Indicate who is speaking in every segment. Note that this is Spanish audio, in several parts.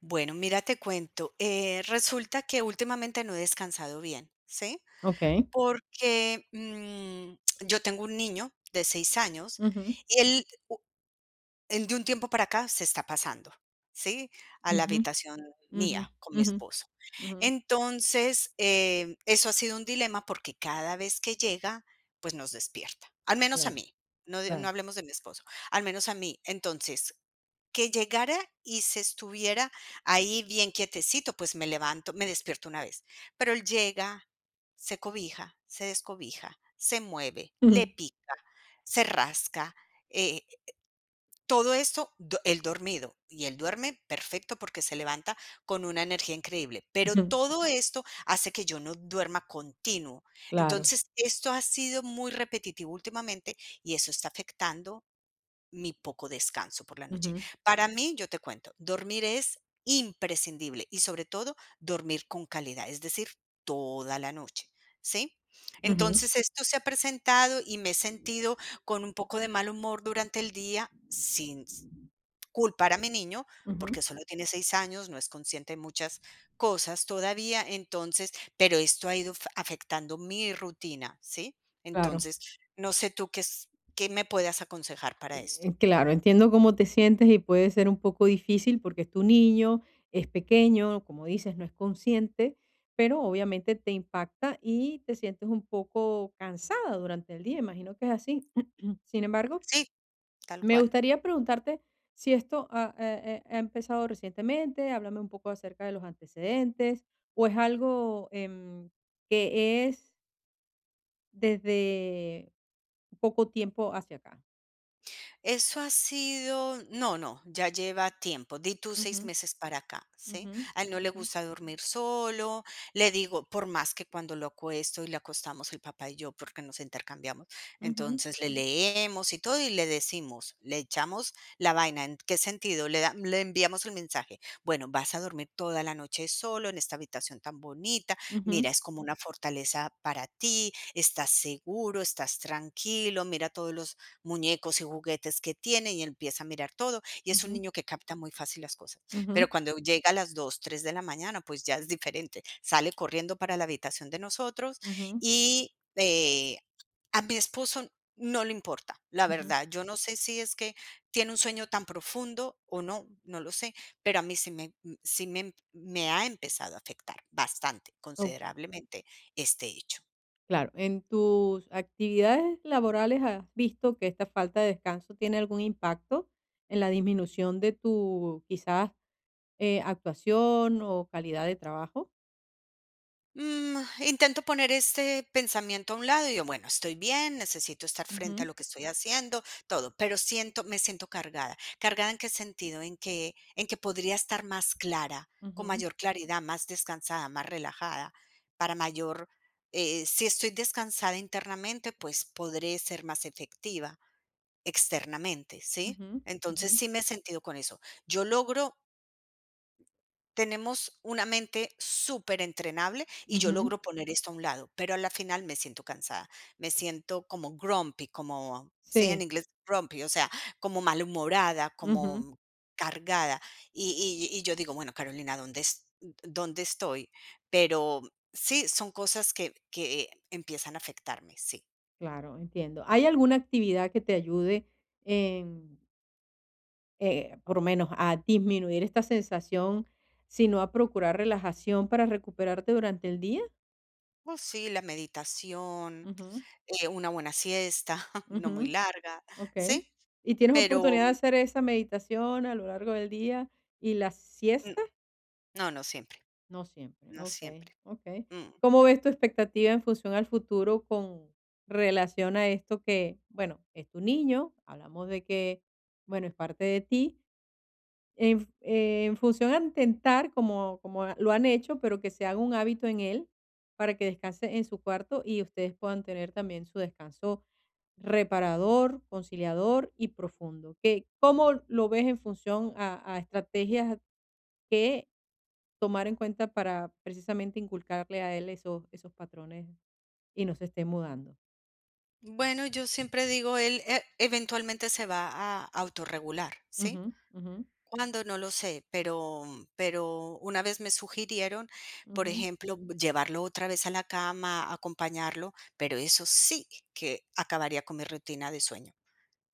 Speaker 1: Bueno, mira, te cuento. Resulta que últimamente no he descansado bien, ¿sí?
Speaker 2: Okey.
Speaker 1: Porque yo tengo un niño de 6 años
Speaker 2: Ujú,
Speaker 1: y él, en de un tiempo para acá se está pasando, ¿sí? A la
Speaker 2: ujú,
Speaker 1: habitación
Speaker 2: ujú,
Speaker 1: mía con mi
Speaker 2: ujú,
Speaker 1: esposo.
Speaker 2: ujú.
Speaker 1: Entonces, eso ha sido un dilema porque cada vez que llega, pues nos despierta, al menos a
Speaker 2: Claro,
Speaker 1: mí, no
Speaker 2: claro.
Speaker 1: hablemos de mi esposo, al menos a mí. Entonces, que llegara y se estuviera ahí bien quietecito, pues me levanto, me despierto una vez, pero él llega, se cobija, se descobija, se mueve, le
Speaker 2: Ujú,
Speaker 1: pica, se rasca, eh, todo esto, do él dormido, y él duerme perfecto porque se levanta con una energía increíble, pero
Speaker 2: ujú,
Speaker 1: todo esto hace que yo no duerma continuo.
Speaker 2: claro.
Speaker 1: Entonces, esto ha sido muy repetitivo últimamente y eso está afectando mi poco descanso por la noche.
Speaker 2: Ujú,
Speaker 1: Para mí, yo te cuento, dormir es imprescindible y sobre todo dormir con calidad, es decir, toda la noche, ¿sí?
Speaker 2: ujú,
Speaker 1: Entonces, esto se ha presentado y me he sentido con un poco de mal humor durante el día sin s- culpar a mi niño,
Speaker 2: ujú,
Speaker 1: porque solo tiene 6 años, no es consciente de muchas cosas todavía, entonces, pero esto ha ido afectando mi rutina, ¿sí?
Speaker 2: claro.
Speaker 1: Entonces, no sé tú qué, qué me puedas aconsejar para esto.
Speaker 2: Claro, entiendo cómo te sientes y puede ser un poco difícil porque es tu niño, es pequeño, como dices, no es consciente, pero obviamente te impacta y te sientes un poco cansada durante el día, imagino que es así. Sin embargo,
Speaker 1: Sí, tal
Speaker 2: me
Speaker 1: cual.
Speaker 2: gustaría preguntarte si esto ha empezado recientemente. Háblame un poco acerca de los antecedentes, o es algo que es desde poco tiempo hacia acá.
Speaker 1: Eso ha sido, no, no, ya lleva tiempo, di tú
Speaker 2: Ujú,
Speaker 1: 6 meses para acá, ¿sí?
Speaker 2: ujú,
Speaker 1: A él no le
Speaker 2: ujú,
Speaker 1: gusta dormir solo, le digo, por más que cuando lo acuesto y le acostamos el papá y yo, porque nos intercambiamos,
Speaker 2: ujú,
Speaker 1: entonces le leemos y todo y le decimos, le echamos la vaina, ¿en qué sentido? Le enviamos el mensaje, bueno, vas a dormir toda la noche solo en esta habitación tan bonita,
Speaker 2: ujú,
Speaker 1: mira, es como una fortaleza para ti, estás seguro, estás tranquilo, mira todos los muñecos y juguetes que tiene y empieza a mirar todo, y es un
Speaker 2: ujú,
Speaker 1: niño que capta muy fácil las cosas.
Speaker 2: ujú,
Speaker 1: Pero cuando llega a las 2, 3 de la mañana, pues ya es diferente. Sale corriendo para la habitación de nosotros
Speaker 2: ujú,
Speaker 1: y, a mi esposo no le importa, la
Speaker 2: ujú.
Speaker 1: verdad. Yo no sé si es que tiene un sueño tan profundo o no, no lo sé, pero a mí sí me ha empezado a afectar bastante,
Speaker 2: Oh,
Speaker 1: considerablemente este hecho.
Speaker 2: claro, en tus actividades laborales has visto que esta falta de descanso tiene algún impacto en la disminución de tu quizás actuación o calidad de trabajo.
Speaker 1: Intento poner este pensamiento a un lado y yo, bueno, estoy bien, necesito estar frente a
Speaker 2: Ujú,
Speaker 1: lo que estoy haciendo, todo, pero siento, me siento cargada. ¿Cargada en qué sentido? En que podría estar más clara, con
Speaker 2: ujú,
Speaker 1: mayor claridad, más descansada, más relajada, para mayor, si estoy descansada internamente, pues podré ser más efectiva externamente, ¿sí?
Speaker 2: ujú, ujú,
Speaker 1: Entonces sí me he sentido con eso. Yo logro Tenemos una mente superentrenable y yo
Speaker 2: ujú.
Speaker 1: logro poner esto a un lado, pero a la final me siento cansada, me siento como grumpy, como, sí, en
Speaker 2: Sí,
Speaker 1: inglés grumpy, o sea, como malhumorada,
Speaker 2: ujú,
Speaker 1: como cargada. Y yo digo, bueno, Carolina, ¿dónde, dónde estoy? Pero sí, son cosas que empiezan a afectarme, sí.
Speaker 2: claro, entiendo. ¿Hay alguna actividad que te ayude en, por lo menos a disminuir esta sensación, sino a procurar relajación para recuperarte durante el día?
Speaker 1: Oh, sí, la meditación,
Speaker 2: Ujú,
Speaker 1: una buena siesta, no muy
Speaker 2: ujú,
Speaker 1: larga, sí,
Speaker 2: okey. ¿Y tienes
Speaker 1: pero
Speaker 2: oportunidad de hacer esa meditación a lo largo del día y la
Speaker 1: mm,
Speaker 2: siesta?
Speaker 1: no, no siempre,
Speaker 2: No siempre,
Speaker 1: no
Speaker 2: okey,
Speaker 1: siempre.
Speaker 2: okey.
Speaker 1: Mm,
Speaker 2: ¿Cómo ves tu expectativa en función al futuro con relación a esto que, bueno, es tu niño? Hablamos de que, bueno, es parte de ti. En función a intentar, como lo han hecho, pero que se haga un hábito en él para que descanse en su cuarto y ustedes puedan tener también su descanso reparador, conciliador y profundo. ¿Qué cómo lo ves en función a estrategias que tomar en cuenta para precisamente inculcarle a él esos, esos patrones y no se esté mudando?
Speaker 1: bueno, yo siempre digo, él, eventualmente se va a autorregular, ¿sí?
Speaker 2: Ujú, ujú,
Speaker 1: Cuando no lo sé, pero una vez me sugirieron, por
Speaker 2: ujú,
Speaker 1: ejemplo, llevarlo otra vez a la cama, acompañarlo, pero eso sí que acabaría con mi rutina de sueño.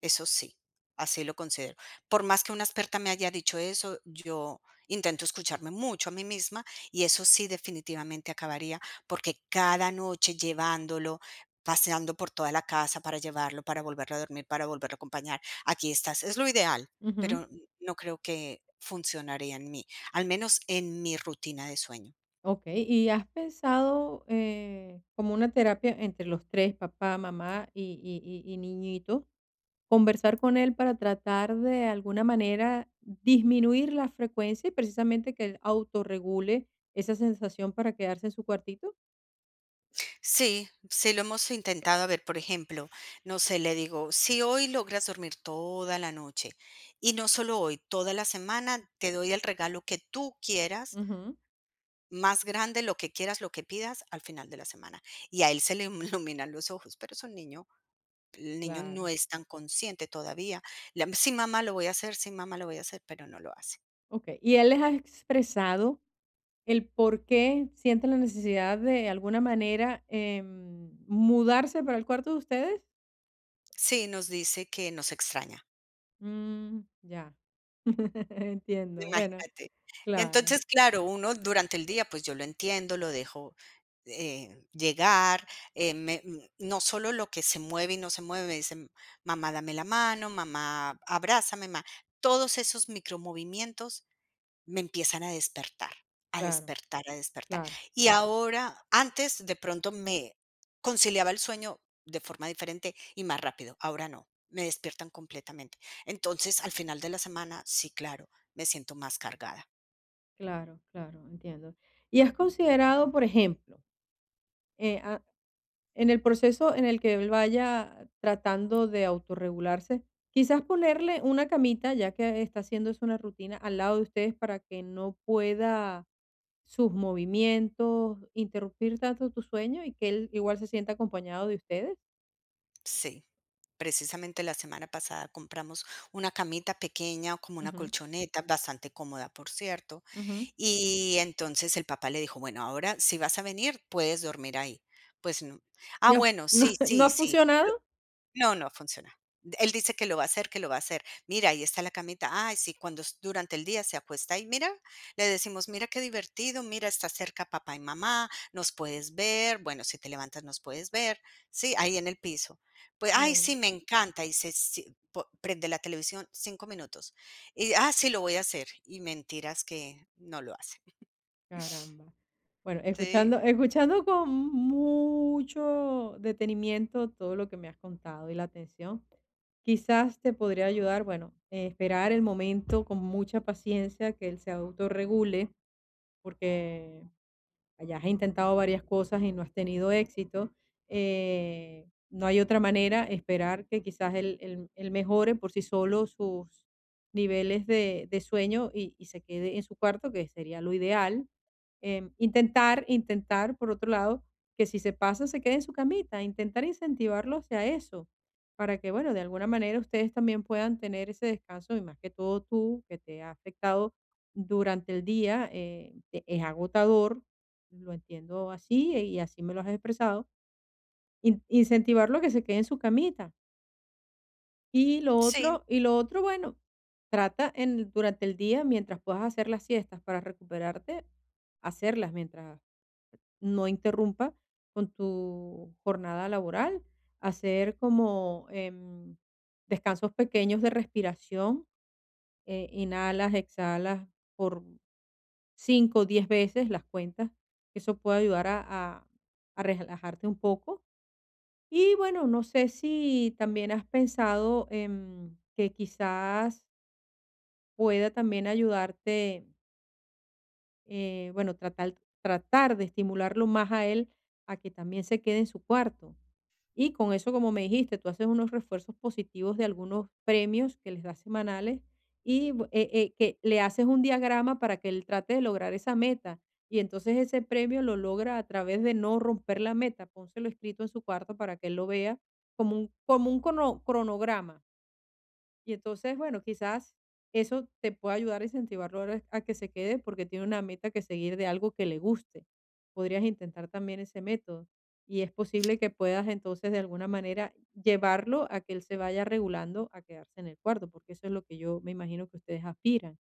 Speaker 1: Eso sí, así lo considero. Por más que una experta me haya dicho eso, yo intento escucharme mucho a mí misma y eso sí definitivamente acabaría, porque cada noche llevándolo, paseando por toda la casa para llevarlo, para volverlo a dormir, para volverlo a acompañar, aquí estás, es lo ideal,
Speaker 2: ujú.
Speaker 1: pero no creo que funcionaría en mí, al menos en mi rutina de sueño.
Speaker 2: Ok, ¿y has pensado, como una terapia entre los tres, papá, mamá y niñito, conversar con él para tratar de alguna manera disminuir la frecuencia y precisamente que él autorregule esa sensación para quedarse en su cuartito?
Speaker 1: Sí, sí lo hemos intentado. A ver, por ejemplo, no sé, le digo, si hoy logras dormir toda la noche y no solo hoy, toda la semana, te doy el regalo que tú quieras,
Speaker 2: Ujú,
Speaker 1: más grande, lo que quieras, lo que pidas al final de la semana. Y a él se le iluminan los ojos, pero es un niño, el niño no
Speaker 2: claro.
Speaker 1: es tan consciente todavía. Le- sí, mamá, lo voy a hacer, sí, mamá, lo voy a hacer, pero no lo hace.
Speaker 2: Ok, ¿y él les ha expresado el por qué sienten la necesidad de alguna manera, mudarse para el cuarto de ustedes?
Speaker 1: Sí, nos dice que nos extraña.
Speaker 2: Mm, ya, entiendo. Bueno,
Speaker 1: Imagínate.
Speaker 2: claro,
Speaker 1: Entonces, claro, uno durante el día, pues yo lo entiendo, lo dejo llegar, no solo lo que se mueve y no se mueve, me dicen, mamá, dame la mano, mamá, abrázame, mamá. Todos esos micromovimientos me empiezan a despertar, a
Speaker 2: claro,
Speaker 1: despertar, a despertar.
Speaker 2: claro,
Speaker 1: Y ahora, antes de pronto me conciliaba el sueño de forma diferente y más rápido, ahora no, me despiertan completamente. Entonces, al final de la semana, sí, claro, me siento más cargada.
Speaker 2: claro, claro, entiendo. ¿Y has considerado, por ejemplo, eh, ah, en el proceso en el que él vaya tratando de autorregularse, quizás ponerle una camita, ya que está haciendo es una rutina, al lado de ustedes para que no pueda sus movimientos, interrumpir tanto tu sueño y que él igual se sienta acompañado de ustedes?
Speaker 1: Sí, precisamente la semana pasada compramos una camita pequeña, como una
Speaker 2: Ujú,
Speaker 1: colchoneta, bastante cómoda, por cierto.
Speaker 2: ujú.
Speaker 1: Y entonces el papá le dijo, bueno, ahora si vas a venir, puedes dormir ahí. Pues no. Ah,
Speaker 2: ¿Y ha
Speaker 1: bueno,
Speaker 2: no
Speaker 1: sí,
Speaker 2: no
Speaker 1: sí,
Speaker 2: ha
Speaker 1: sí.
Speaker 2: funcionado?
Speaker 1: No, no funciona. Él dice que lo va a hacer, que lo va a hacer. Mira, ahí está la camita. Ay, sí, cuando es durante el día se acuesta ahí, mira, le decimos, mira qué divertido, mira, está cerca papá y mamá, nos puedes ver, bueno, si te levantas nos puedes ver, sí, ahí en el piso. Pues, ay,
Speaker 2: Oh,
Speaker 1: sí, me encanta, y se, prende la televisión 5 minutos. Y, ah, sí, lo voy a hacer. Y mentiras que no lo hace.
Speaker 2: caramba. Bueno,
Speaker 1: Sí,
Speaker 2: escuchando con mucho detenimiento todo lo que me has contado y la atención, quizás te podría ayudar, bueno, esperar el momento con mucha paciencia que él se autorregule, porque hayas intentado varias cosas y no has tenido éxito. No hay otra manera, esperar que quizás él mejore por sí solo sus niveles de sueño y se quede en su cuarto, que sería lo ideal. Intentar, por otro lado, que si se pasa, se quede en su camita, intentar incentivarlo hacia eso, para que, bueno, de alguna manera ustedes también puedan tener ese descanso y más que todo tú, que te ha afectado durante el día, es agotador, lo entiendo así, y así me lo has expresado. Incentivarlo a que se quede en su camita. Y lo
Speaker 1: sí,
Speaker 2: otro, bueno, trata durante el día, mientras puedas hacer las siestas para recuperarte, hacerlas mientras no interrumpa con tu jornada laboral. Hacer como descansos pequeños de respiración. Inhalas, exhalas por 5 o 10 veces, las cuentas. Que Eso puede ayudar a a- relajarte un poco. Y bueno, no sé si también has pensado, que quizás pueda también ayudarte, bueno, tratar, de estimularlo más a él a que también se quede en su cuarto. Y con eso, como me dijiste, tú haces unos refuerzos positivos de algunos premios que les das semanales y que le haces un diagrama para que él trate de lograr esa meta. Y entonces ese premio lo logra a través de no romper la meta. Pónselo escrito en su cuarto para que él lo vea como un cronograma. Y entonces, bueno, quizás eso te pueda ayudar a incentivarlo ahora a que se quede porque tiene una meta que seguir de algo que le guste. Podrías intentar también ese método. Y es posible que puedas entonces de alguna manera llevarlo a que él se vaya regulando a quedarse en el cuarto, porque eso es lo que yo me imagino que ustedes aspiran.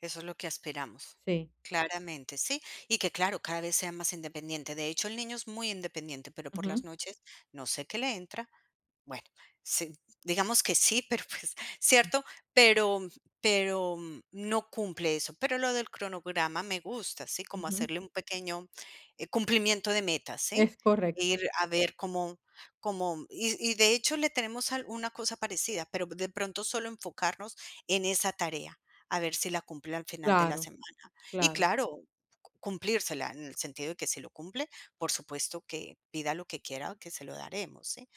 Speaker 1: eso es lo que aspiramos.
Speaker 2: Sí.
Speaker 1: Claramente, sí. Y que claro, cada vez sea más independiente. De hecho, el niño es muy independiente, pero por las
Speaker 2: Ujú,
Speaker 1: noches no sé qué le entra. Bueno, sí, digamos que sí, pero pues, ¿cierto? Pero no cumple eso. Pero lo del cronograma me gusta, ¿sí? Como
Speaker 2: ujú.
Speaker 1: hacerle un pequeño, cumplimiento de metas, ¿sí?
Speaker 2: Es correcto.
Speaker 1: Ir a ver cómo cómo de hecho le tenemos al una cosa parecida, pero de pronto solo enfocarnos en esa tarea, a ver si la cumple al final de la
Speaker 2: Claro,
Speaker 1: semana. Y
Speaker 2: claro.
Speaker 1: claro, cu cumplírsela en el sentido de que si lo cumple, por supuesto que pida lo que quiera, que se lo daremos, ¿sí?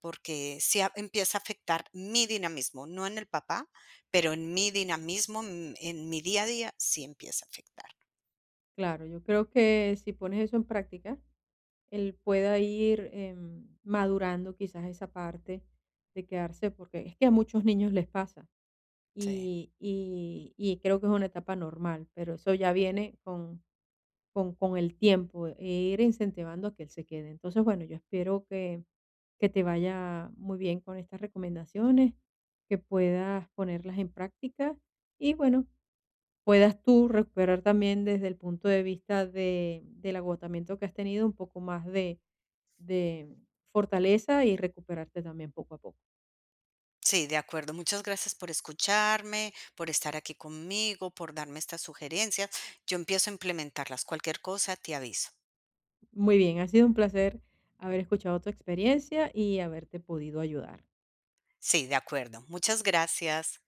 Speaker 1: Porque sí a empieza a afectar mi dinamismo, no en el papá, pero en mi dinamismo, en mi día a día, sí empieza a afectar.
Speaker 2: Claro, yo creo que si pones eso en práctica, él pueda ir, madurando quizás esa parte de quedarse, porque es que a muchos niños les pasa
Speaker 1: Sí.
Speaker 2: y creo que es una etapa normal, pero eso ya viene con, el tiempo, e ir incentivando a que él se quede. Entonces, bueno, yo espero que te vaya muy bien con estas recomendaciones, que puedas ponerlas en práctica y bueno, puedas tú recuperar también desde el punto de vista de, del agotamiento que has tenido un poco más de fortaleza y recuperarte también poco a poco.
Speaker 1: Sí, de acuerdo. Muchas gracias por escucharme, por estar aquí conmigo, por darme estas sugerencias. Yo empiezo a implementarlas. Cualquier cosa, te aviso.
Speaker 2: Muy bien, ha sido un placer haber escuchado tu experiencia y haberte podido ayudar.
Speaker 1: Sí, de acuerdo. Muchas gracias.